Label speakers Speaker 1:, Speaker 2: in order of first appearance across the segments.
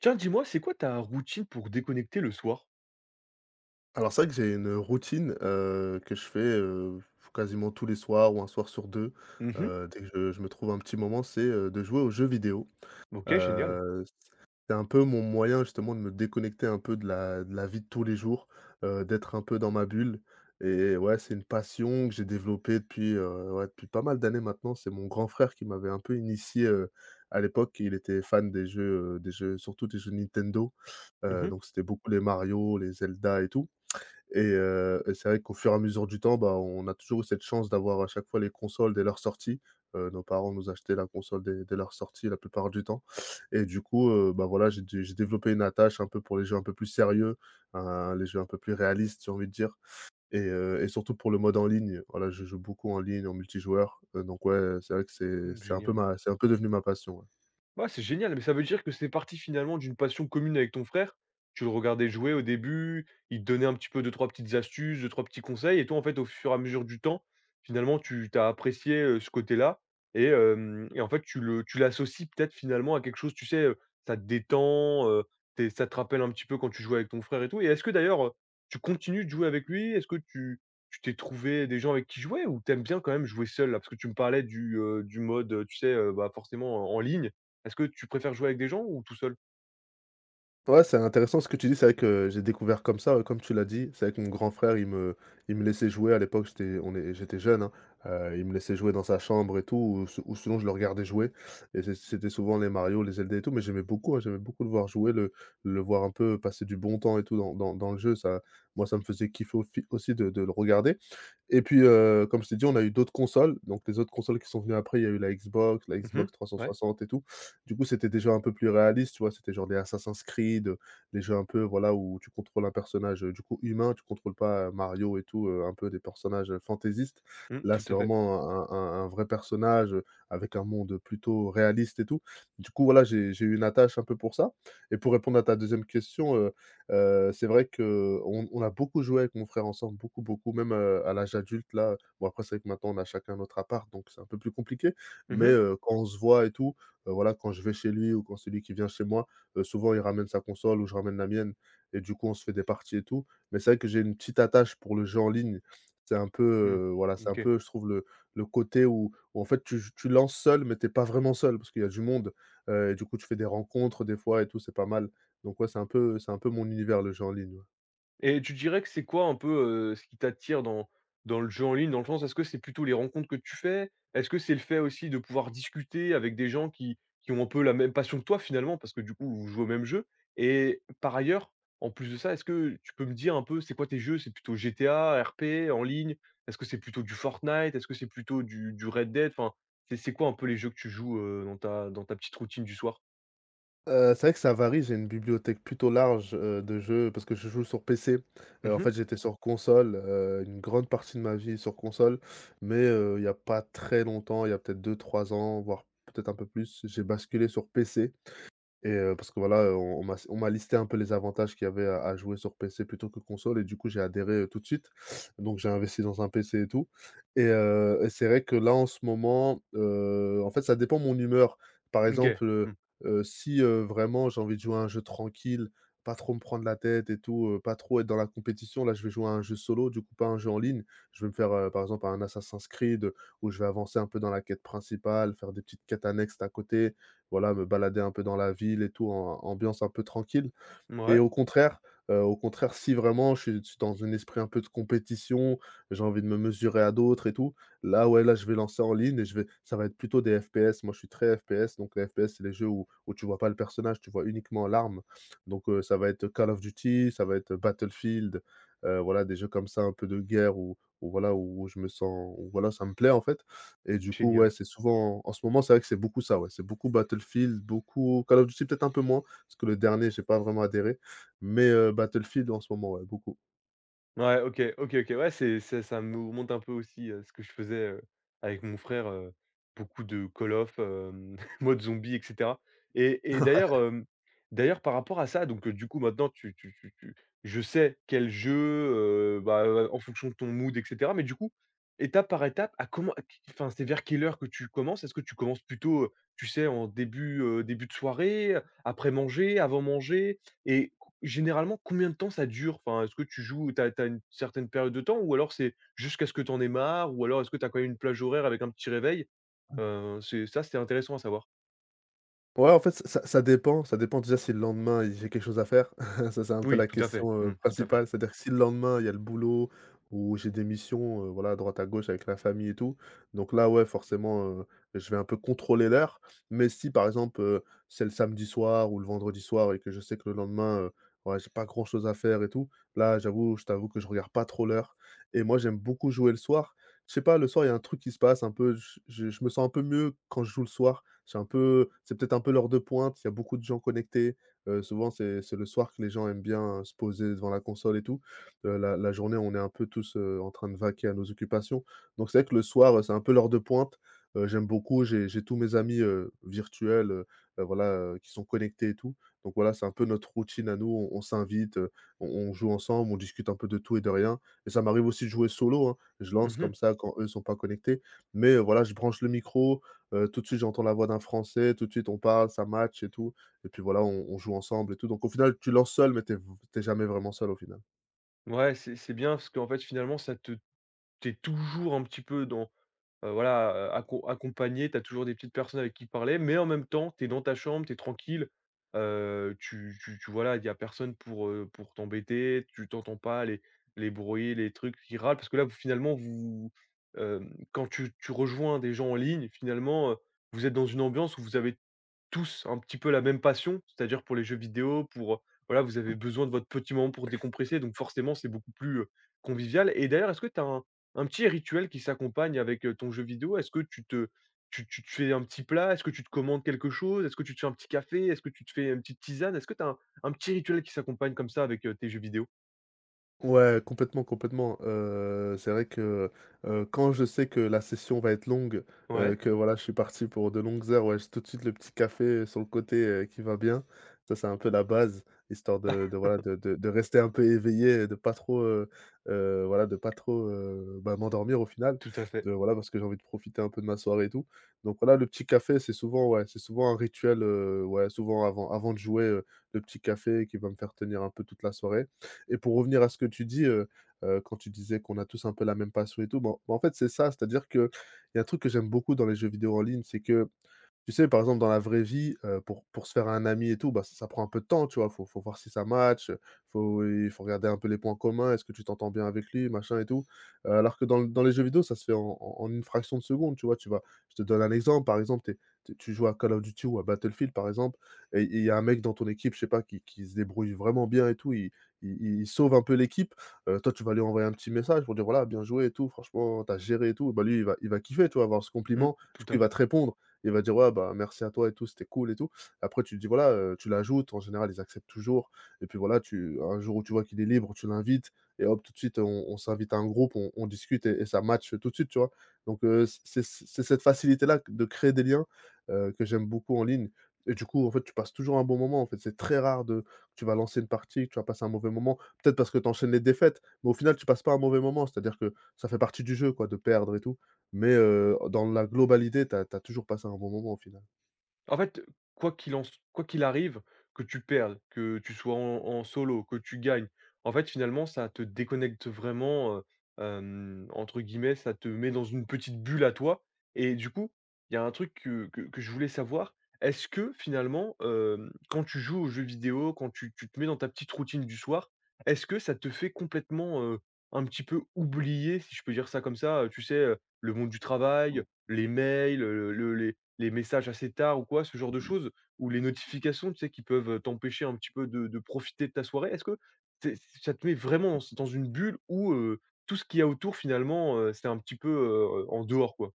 Speaker 1: Tiens, dis-moi, c'est quoi ta routine pour déconnecter le soir?
Speaker 2: Alors c'est vrai que j'ai une routine, que je fais, quasiment tous les soirs ou un soir sur 2.
Speaker 1: Mmh.
Speaker 2: Dès que je me trouve un petit moment, c'est, de jouer aux jeux vidéo.
Speaker 1: OK, génial.
Speaker 2: Heu, c'est un peu mon moyen justement de me déconnecter un peu de la vie de tous les jours, d'être un peu dans ma bulle et ouais, c'est une passion que j'ai développée depuis, ouais, depuis pas mal d'années maintenant. C'est mon grand frère qui m'avait un peu initié, à l'époque. Il était fan des jeux, surtout des jeux Nintendo,
Speaker 1: Mmh mh.
Speaker 2: donc c'était beaucoup les Mario, les Zelda et tout et c'est vrai qu'au fur et à mesure du temps, on a toujours eu cette chance d'avoir à chaque fois les consoles dès leur sortie. Nos parents nous achetaient la console dès leur sortie la plupart du temps et du coup, voilà, j'ai développé une attache un peu pour les jeux un peu plus sérieux, hein, les jeux un peu plus réalistes, j'ai envie de dire et surtout pour le mode en ligne. Voilà, je joue beaucoup en ligne, en multijoueur, donc ouais, c'est vrai que c'est
Speaker 1: Mmh,
Speaker 2: c'est un peu
Speaker 1: génial.
Speaker 2: ma c'est un peu devenu ma passion, ouais.
Speaker 1: Ouais, c'est génial, mais ça veut dire que c'est parti finalement d'une passion commune avec ton frère. Tu le regardais jouer au début, il te donnait un petit peu deux trois petites astuces, deux trois petits conseils et toi en fait au fur et à mesure du temps, finalement tu t'as apprécié, ce côté-là et hem et en fait tu l'associes peut-être finalement à quelque chose, tu sais, ça te détend, tu ça te rappelle un petit peu quand tu jouais avec ton frère et tout et est-ce que d'ailleurs, tu continues de jouer avec lui? Est-ce que tu t'es trouvé des gens avec qui jouer ou t'aimes bien quand même jouer seul là? Parce que tu me parlais du mode, tu sais, bah, forcément en ligne. Est-ce que tu préfères jouer avec des gens ou tout seul?
Speaker 2: Ouais, c'est intéressant ce que tu dis. C'est vrai que j'ai découvert comme ça, ouais, comme tu l'as dit. C'est vrai que mon grand frère, il me laissait jouer à l'époque, j'étais on est j'étais jeune, hein. Il me laissait jouer dans sa chambre et tout ou si ou sinon je le regardais jouer et c'était souvent les Mario, les Zelda et tout, mais j'aimais beaucoup, hein, j'aimais beaucoup le voir jouer, le voir un peu passer du bon temps et tout dans le jeu. Ça moi, ça me faisait kiffer au aussi de le regarder. Et puis, comme je t'ai dit, on a eu d'autres consoles. Donc les autres consoles qui sont venues après, il y a eu la
Speaker 1: Mmh.
Speaker 2: Xbox trois cent
Speaker 1: Ouais.
Speaker 2: soixante et tout. Du coup, c'était déjà un peu plus réaliste, tu vois? C'était genre des Assassin's Creed, des jeux un peu, voilà, où tu contrôles un personnage, du coup humain, tu contrôles pas, Mario et tout, un peu des personnages, fantaisistes.
Speaker 1: Mmh,
Speaker 2: Là,
Speaker 1: tout
Speaker 2: c'est
Speaker 1: à fait.
Speaker 2: vraiment un vrai personnage, avec un monde, plutôt réaliste et tout. Du coup, voilà, j'ai eu une attache un peu pour ça. Et pour répondre à ta deuxième question, c'est vrai que on a beaucoup joué avec mon frère ensemble, beaucoup, beaucoup, même, à l'âge adulte là. Bon après c'est vrai que maintenant on a chacun notre appart, donc c'est un peu plus compliqué. Mais,
Speaker 1: Mmh
Speaker 2: quand on se voit et tout, voilà, quand je vais chez lui ou quand c'est lui qui vient chez moi, souvent il ramène sa console ou je ramène la mienne et du coup on se fait des parties et tout. Mais c'est vrai que j'ai une petite attache pour le jeu en ligne. C'est un peu,
Speaker 1: mh. Mmh.
Speaker 2: voilà, c'est un
Speaker 1: OK.
Speaker 2: peu je trouve le côté où en fait tu lances seul mais t'es pas vraiment seul parce qu'il y a du monde, et du coup tu fais des rencontres des fois et tout, c'est pas mal. Donc ouais, c'est un peu mon univers le jeu en ligne, ouais.
Speaker 1: Et tu dirais que c'est quoi un peu, ce qui t'attire dans le jeu en ligne? Dans le sens, est-ce que c'est plutôt les rencontres que tu fais? Est-ce que c'est le fait aussi de pouvoir discuter avec des gens qui ont un peu la même passion que toi finalement? Parce que du coup, vous jouez au même jeu et par ailleurs, en plus de ça, est-ce que tu peux me dire un peu c'est quoi tes jeux? C'est plutôt GTA, RP, en ligne? Est-ce que c'est plutôt du Fortnite? Est-ce que c'est plutôt du Red Dead? Enfin, c'est quoi un peu les jeux que tu joues, dans ta petite routine du soir?
Speaker 2: C'est vrai que ça varie, j'ai une bibliothèque plutôt large, de jeux parce que je joue sur PC. En
Speaker 1: Mmh.
Speaker 2: fait, j'étais sur console, une grande partie de ma vie sur console, mais il y a pas très longtemps, il y a peut-être deux, trois ans, voire peut-être un peu plus, j'ai basculé sur PC. Et parce que voilà, on m'a listé un peu les avantages qu'il y avait à jouer sur PC plutôt que console et du coup, j'ai adhéré, tout de suite. Donc j'ai investi dans un PC et tout et c'est vrai que là, en ce moment, en fait, ça dépend de mon humeur. Par
Speaker 1: OK.
Speaker 2: exemple,
Speaker 1: Mmh.
Speaker 2: si, vraiment j'ai envie de jouer à un jeu tranquille, pas trop me prendre la tête et tout, pas trop être dans la compétition, là, je vais jouer à un jeu solo, du coup, pas un jeu en ligne. Je vais me faire, par exemple, un Assassin's Creed, où je vais avancer un peu dans la quête principale, faire des petites quêtes annexes à côté voilà, me balader un peu dans la ville et tout, en ambiance un peu tranquille. Et
Speaker 1: Mouais.
Speaker 2: au contraire, si vraiment je suis dans un esprit un peu de compétition, j'ai envie de me mesurer à d'autres et tout, là, ouais, là, je vais lancer en ligne et je vais ça va être plutôt des FPS. Moi, je suis très FPS, donc les FPS, c'est les jeux où tu vois pas le personnage, tu vois uniquement l'arme. Donc ça va être Call of Duty, ça va être Battlefield, voilà, des jeux comme ça un peu de guerre où je me sens où voilà, ça me plaît, en fait et du coup, ouais,
Speaker 1: Génial.
Speaker 2: c'est souvent en ce moment, c'est vrai que c'est beaucoup ça, ouais, c'est beaucoup Battlefield, beaucoup Call of Duty peut-être un peu moins, parce que le dernier, j'ai pas vraiment adhéré mais Battlefield en ce moment, ouais, beaucoup.
Speaker 1: Ouais, OK, OK, OK. Ouais, c'est ça me remonte un peu aussi, ce que je faisais, avec mon frère, beaucoup de Call of, mode zombie et cetera et d'ailleurs, d'ailleurs par rapport à ça, donc du coup maintenant tu je sais quel jeu, bah, en fonction de ton mood et cetera mais du coup, étape par étape, à comment q enfin, c'est vers quelle heure que tu commences? Est-ce que tu commences plutôt, tu sais, en début, début de soirée, après manger, avant manger et généralement, combien de temps ça dure? Enfin, est-ce que tu joues t'as as une certaine période de temps ou alors c'est jusqu'à ce que t'en aies marre ou alors est-ce que t'as as quand même une plage horaire avec un petit réveil? C'est ça, c'est intéressant à savoir.
Speaker 2: Ouais, en fait, ça dépend déjà si le lendemain, il j'ai quelque chose à faire. Ça, c'est un peu
Speaker 1: Oui,
Speaker 2: la
Speaker 1: tout à fait.
Speaker 2: question,
Speaker 1: Mmh, tout à fait.
Speaker 2: principale. C'est-à-dire que si le lendemain, il y a le boulot ou j'ai des missions, voilà, à droite à gauche avec la famille et tout, donc là, ouais, forcément, je vais un peu contrôler l'heure. Mais si, par exemple, c'est le samedi soir ou le vendredi soir et que je sais que le lendemain, ouais, j'ai pas grand-chose à faire et tout, là, j'avoue je t'avoue que je regarde pas trop l'heure et moi, j'aime beaucoup jouer le soir. Je sais pas, le soir, il y a un truc qui se passe un peu, je me sens un peu mieux quand je joue le soir. C'est un peu c'est peut-être un peu l'heure de pointe, il y a beaucoup de gens connectés. Souvent, c'est le soir que les gens aiment bien, se poser devant la console et tout. La la journée, on est un peu tous, en train de vaquer à nos occupations. Donc c'est vrai que le soir, c'est un peu l'heure de pointe. J'aime beaucoup, j'ai tous mes amis, virtuels, voilà, qui sont connectés et tout. Donc voilà, c'est un peu notre routine à nous, on s'invite, on joue ensemble, on discute un peu de tout et de rien. Et ça m'arrive aussi de jouer solo, hein. Je lance
Speaker 1: Mmh.
Speaker 2: comme ça quand eux sont pas connectés. Mais, voilà, je branche le micro. Tout de suite, j'entends la voix d'un Français, tout de suite on parle, ça match et tout et puis voilà, on joue ensemble et tout donc au final, tu lances seul mais t'es es jamais vraiment seul au final.
Speaker 1: Ouais, c'est bien parce qu'en fait, finalement, ça te t'es toujours un petit peu dans voilà, accompagné, tu as toujours des petites personnes avec qui parler, mais en même temps, tu es dans ta chambre, tu es tranquille, tu voilà, il y a personne pour t'embêter, tu t'entends pas les les bruits, les trucs qui râlent. Parce que là, vous finalement, vous, quand tu rejoins des gens en ligne, finalement, vous êtes dans une ambiance où vous avez tous un petit peu la même passion, c'est-à-dire pour les jeux vidéo, pour, voilà, vous avez besoin de votre petit moment pour décompresser, donc forcément, c'est beaucoup plus, convivial et d'ailleurs, est-ce que tu as un petit rituel qui s'accompagne avec, ton jeu vidéo? Est-ce que tu te fais un petit plat? Est-ce que tu te commandes quelque chose? Est-ce que tu te fais un petit café? Est-ce que tu te fais une petite tisane? Est-ce que tu as un petit rituel qui s'accompagne comme ça avec, tes jeux vidéo?
Speaker 2: Ouais, complètement, complètement. C'est vrai que, quand je sais que la session va être longue,
Speaker 1: Ouais.
Speaker 2: que voilà, je suis parti pour de longues heures, ouais, j'ai tout de suite le petit café sur le côté, qui va bien. Ça, c'est un peu la base, histoire de voilà, de rester un peu éveillé et de pas trop, voilà, de pas trop, m'endormir au final.
Speaker 1: Tout à fait.
Speaker 2: Voilà, parce que j'ai envie de profiter un peu de ma soirée et tout. Donc voilà, le petit café, c'est souvent ouais, c'est souvent un rituel, ouais, souvent avant de jouer, le petit café qui va me faire tenir un peu toute la soirée. Et pour revenir à ce que tu dis, quand tu disais qu'on a tous un peu la même passion et tout, bon, ben, en fait, c'est ça, c'est-à-dire qu'il y a un truc que j'aime beaucoup dans les jeux vidéo en ligne, c'est que, tu sais, par exemple, dans la vraie vie, pour se faire un ami et tout, ça prend un peu de temps, tu vois? Faut voir si ça match, faut il faut regarder un peu les points communs, est-ce que tu t'entends bien avec lui, machin et tout? Alors que dans les jeux vidéo, ça se fait en une fraction de seconde, tu vois? Tu vas je te donne un exemple, par exemple, t'es es tu joues à Call of Duty ou à Battlefield, par exemple, et il y a un mec dans ton équipe, je sais pas, qui se débrouille vraiment bien et tout, il il sauve un peu l'équipe, toi, tu vas lui envoyer un petit message pour dire: «Voilà, bien joué et tout, franchement, t'as géré et tout». Bah, lui, il va kiffer, tu vas avoir ce
Speaker 1: Mmh,
Speaker 2: compliment, du
Speaker 1: tout
Speaker 2: coup,
Speaker 1: à
Speaker 2: il va
Speaker 1: fait.
Speaker 2: te répondre, il va dire: «Ouais, bah, merci à toi et tout, c'était cool et tout». Après tu te dis voilà, tu l'ajoutes, en général ils acceptent toujours et puis voilà, tu un jour où tu vois qu'il est libre, tu l'invites et hop, tout de suite on s'invite à un groupe, on discute et ça match tout de suite, tu vois? Donc c'est cette facilité-là de créer des liens, que j'aime beaucoup en ligne et du coup, en fait, tu passes toujours un bon moment, en fait. C'est très rare. De tu vas lancer une partie, tu vas passer un mauvais moment, peut-être parce que tu enchaînes les défaites, mais au final tu passes pas un mauvais moment, c'est-à-dire que ça fait partie du jeu quoi, de perdre et tout. Mais, dans la globalité, t'as as toujours passé un bon moment au final.
Speaker 1: En fait, quoi qu'il en s quoi qu'il arrive, que tu perdes, que tu sois en solo, que tu gagnes, en fait, finalement, ça te déconnecte vraiment, entre guillemets, ça te met dans une petite bulle à toi et du coup, il y a un truc que je voulais savoir, est-ce que finalement, quand tu joues aux jeux vidéo, quand tu te mets dans ta petite routine du soir, est-ce que ça te fait complètement, un petit peu oublier, si je peux dire ça comme ça, tu sais, le monde du travail, les mails, le les messages assez tard ou quoi, ce genre de choses, ou les notifications, tu sais, qui peuvent, t'empêcher un petit peu de profiter de ta soirée. Est-ce que c'est ça te met vraiment dans une bulle où, tout ce qu'il y a autour finalement, c'est un petit peu, en dehors quoi?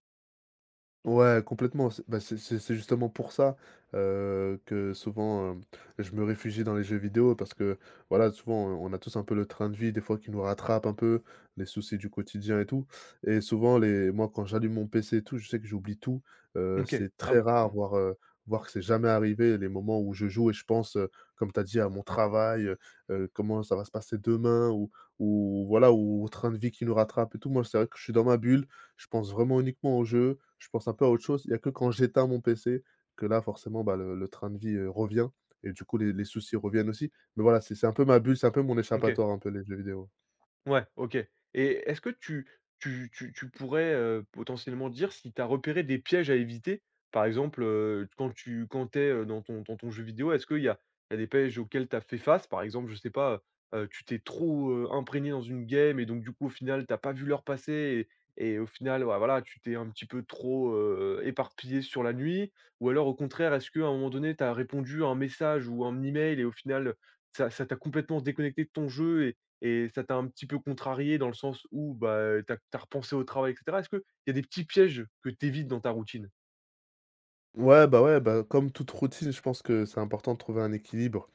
Speaker 2: Ouais, complètement. C'est bah, c'est justement pour ça, que souvent, je me réfugie dans les jeux vidéo parce que, voilà, souvent, on a tous un peu le train de vie des fois qui nous rattrape un peu, les soucis du quotidien et tout et souvent les moi, quand j'allume mon PC et tout, je sais que j'oublie tout,
Speaker 1: OK.
Speaker 2: c'est
Speaker 1: Ah
Speaker 2: très
Speaker 1: oui.
Speaker 2: rare,
Speaker 1: Mmh.
Speaker 2: voire que c'est jamais arrivé les moments où je joue et je pense, comme tu as dit, à mon travail, comment ça va se passer demain ou voilà, ou au train de vie qui nous rattrape et tout. Moi, c'est vrai que je suis dans ma bulle, je pense vraiment uniquement aux jeux, je pense un peu à autre chose. Il y a que quand j'éteins mon PC que là, forcément, bah, le train de vie, revient et du coup, les soucis reviennent aussi. Mais voilà, c'est un peu ma bulle, c'est un peu mon
Speaker 1: OK.
Speaker 2: échappatoire, un peu les jeux vidéo.
Speaker 1: Ouais, OK. Et est-ce que tu pourrais, potentiellement dire si tu as repéré des pièges à éviter? Par exemple, quand tu quand t'es es, dans ton jeu vidéo, est-ce qu'il y a il y a des pièges auxquels tu as fait face? Par exemple, je sais pas, tu t'es trop, imprégné dans une game et donc du coup, au final, t'as pas vu l'heure passer et au final, ouais, voilà, tu t'es un petit peu trop, éparpillé sur la nuit? Ou alors au contraire, est-ce qu'à un moment donné, tu as répondu à un message ou un email et au final, ça t'a complètement déconnecté de ton jeu et ça t'a un petit peu contrarié dans le sens où, bah, tu as repensé au travail et cetera? Est-ce qu'il y a des petits pièges que tu évites dans ta routine?
Speaker 2: Ouais, bah, comme toute routine, je pense que c'est important de trouver un équilibre.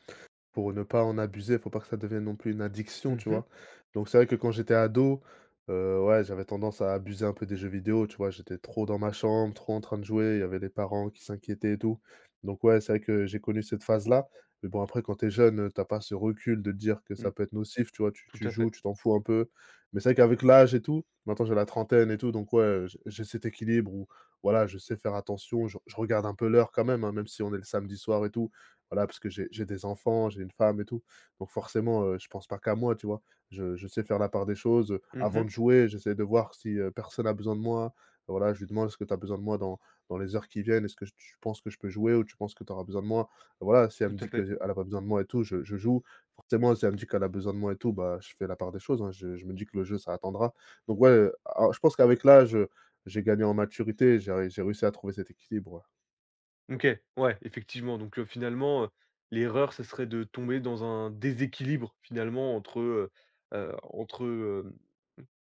Speaker 2: Pour ne pas en abuser, faut pas que ça devienne non plus une addiction,
Speaker 1: Mmh
Speaker 2: tu
Speaker 1: mh.
Speaker 2: vois? Donc c'est vrai que quand j'étais ado, ouais, j'avais tendance à abuser un peu des jeux vidéo, tu vois? J'étais trop dans ma chambre, trop en train de jouer, il y avait les parents qui s'inquiétaient et tout. Donc ouais, c'est vrai que j'ai connu cette phase-là. Mais bon après quand t'es jeune, tu pas ce recul de te dire que
Speaker 1: Mmh,
Speaker 2: ça peut être nocif, tu vois? Tu
Speaker 1: tout
Speaker 2: tu
Speaker 1: à
Speaker 2: joues,
Speaker 1: fait.
Speaker 2: tu t'en fous un peu. Mais c'est vrai qu'avec l'âge et tout, maintenant j'ai la trentaine et tout, donc ouais, j'ai cet équilibre où voilà, je sais faire attention, je regarde un peu l'heure quand même, hein, même si on est le samedi soir et tout. Voilà, parce que j'ai des enfants, j'ai une femme et tout. Donc forcément, je pense pas qu'à moi, tu vois? Je sais faire la part des choses, avant
Speaker 1: Mmh
Speaker 2: de jouer, j'essaie de voir si, personne a besoin de moi. Voilà, je lui demande: «Est-ce que tu as besoin de moi dans les heures qui viennent? Est-ce que j tu penses que je peux jouer ou tu penses que tu auras besoin de moi?» Voilà, si elle
Speaker 1: tout
Speaker 2: me
Speaker 1: à
Speaker 2: dit
Speaker 1: fait.
Speaker 2: qu'elle a pas besoin de moi et tout, je joue. Forcément, si elle me dit qu'elle a besoin de moi et tout, bah, je fais la part des choses, hein. Je me dis que le jeu, ça attendra. Donc ouais, alors je pense qu'avec l'âge, j'ai gagné en maturité, j'ai réussi à trouver cet équilibre, ouais.
Speaker 1: OK, ouais, effectivement, donc finalement, l'erreur, ce serait de tomber dans un déséquilibre finalement entre, entre,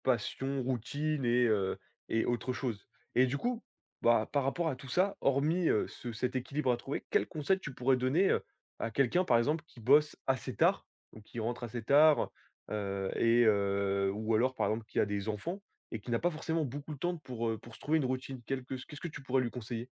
Speaker 1: passion, routine et et autre chose et du coup, bah, par rapport à tout ça, hormis, ce cet équilibre à trouver, quel conseil tu pourrais donner, à quelqu'un, par exemple, qui bosse assez tard, donc qui rentre assez tard, heu ou alors, par exemple, qui a des enfants et qui n'a pas forcément beaucoup de temps pour se trouver une routine? Quelque qu'est-ce que tu pourrais lui conseiller?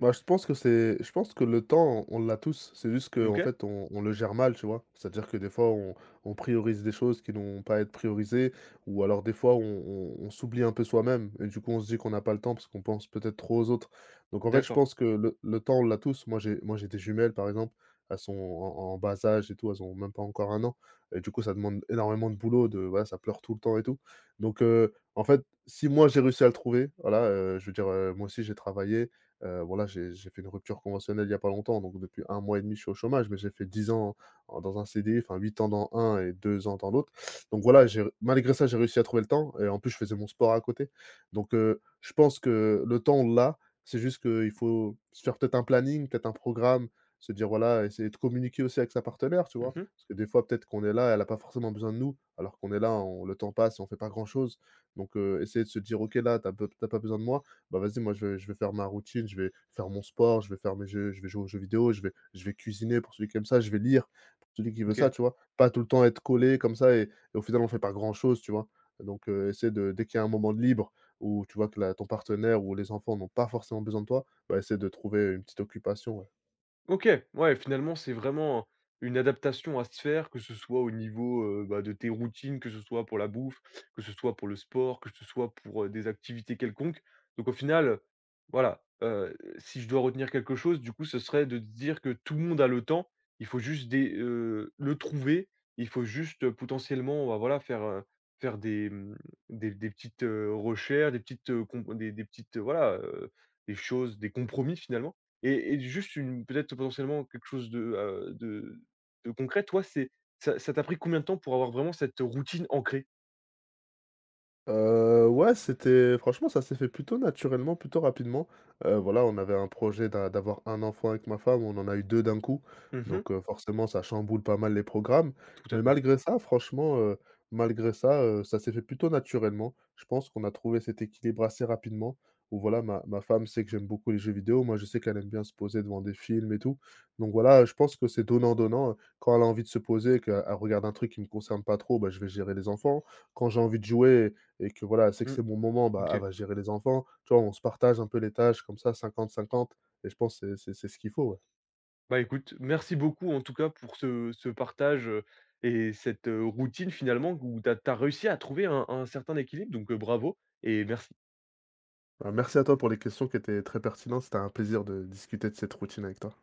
Speaker 2: Bah, je pense que le temps, on l'a tous. C'est juste que en
Speaker 1: OK,
Speaker 2: fait, on le gère mal, tu vois? C'est-à-dire que des fois, on priorise des choses qui n'ont pas à être priorisées ou alors des fois, on s'oublie un peu soi-même et du coup, on se dit qu'on n'a pas le temps parce qu'on pense peut-être trop aux autres. Donc en fait, je
Speaker 1: d'accord.
Speaker 2: pense que le temps, on l'a tous. Moi, j'ai des jumelles, par exemple. Elles sont en bas âge et tout, elles ont même pas encore un an et du coup, ça demande énormément de boulot, de voilà, ça pleure tout le temps et tout. Donc en fait, si moi, j'ai réussi à le trouver, voilà, je veux dire, moi aussi, j'ai travaillé, voilà, j'ai fait une rupture conventionnelle il y a pas longtemps, donc depuis un mois et demi je suis au chômage, mais j'ai fait 10 ans en dans un CDI, enfin 8 ans dans un et 2 ans dans l'autre. Donc voilà, j'ai malgré ça, j'ai réussi à trouver le temps et en plus je faisais mon sport à côté. Donc je pense que le temps, on l'a, c'est juste qu'il faut se faire peut-être un planning, peut-être un programme, se dire voilà, essayer de communiquer aussi avec sa partenaire, tu vois?
Speaker 1: Mmh.
Speaker 2: Parce que des fois, peut-être qu'on est là, elle a pas forcément besoin de nous, alors qu'on est là, on le temps passe on fait pas grand chose. Donc essayer de se dire: «OK, là, tu as pas besoin de moi» bah, vas-y, moi, je vais faire ma routine, je vais faire mon sport, je vais faire mes jeux, je vais jouer aux jeux vidéo, je vais cuisiner pour celui qui aime ça, je vais lire pour celui qui veut ça,
Speaker 1: OK.
Speaker 2: tu vois? Pas tout le temps être collé comme ça et au final, on fait pas grand-chose, tu vois? Donc essaie de dès qu'il y a un moment de libre où tu vois que la ton partenaire ou les enfants n'ont pas forcément besoin de toi, bah, essaie de trouver une petite occupation, ouais.
Speaker 1: OK, ouais, finalement, c'est vraiment une adaptation à se faire, que ce soit au niveau, bah, de tes routines, que ce soit pour la bouffe, que ce soit pour le sport, que ce soit pour, des activités quelconques. Donc au final, voilà, si je dois retenir quelque chose, du coup, ce serait de dire que tout le monde a le temps. Il faut juste des le trouver. Il faut juste, potentiellement, bah, voilà, faire, faire des, des petites, recherches, des petites, com des petites, voilà, des choses, des compromis finalement. Et juste une peut-être potentiellement quelque chose de concret, toi, c'est ça t'a pris combien de temps pour avoir vraiment cette routine ancrée?
Speaker 2: Ouais, c'était franchement, ça s'est fait plutôt naturellement, plutôt rapidement. Voilà, on avait un projet d'avoir un enfant avec ma femme, on en a eu 2 d'un coup,
Speaker 1: Mmh
Speaker 2: donc forcément, ça chamboule pas mal les programmes,
Speaker 1: tout à
Speaker 2: mais
Speaker 1: fait.
Speaker 2: malgré ça, franchement, ça s'est fait plutôt naturellement. Je pense qu'on a trouvé cet équilibre assez rapidement où voilà, ma femme sait que j'aime beaucoup les jeux vidéo, moi, je sais qu'elle aime bien se poser devant des films et tout, donc voilà, je pense que c'est donnant-donnant, quand elle a envie de se poser et qu'elle regarde un truc qui me concerne pas trop, bah, je vais gérer les enfants. Quand j'ai envie de jouer et que voilà, elle sait que
Speaker 1: Mmh,
Speaker 2: c'est mon moment, bah, elle
Speaker 1: OK.
Speaker 2: va gérer les enfants. Tu vois, on se partage un peu les tâches comme ça 50-50 et je pense que c'est ce qu'il faut, ouais.
Speaker 1: Bah, écoute, merci beaucoup en tout cas pour ce ce partage, et cette, routine finalement où tu as réussi à trouver un certain équilibre donc, bravo et merci.
Speaker 2: Bah, merci à toi pour les questions qui étaient très pertinentes. C'était un plaisir de discuter de cette routine avec toi.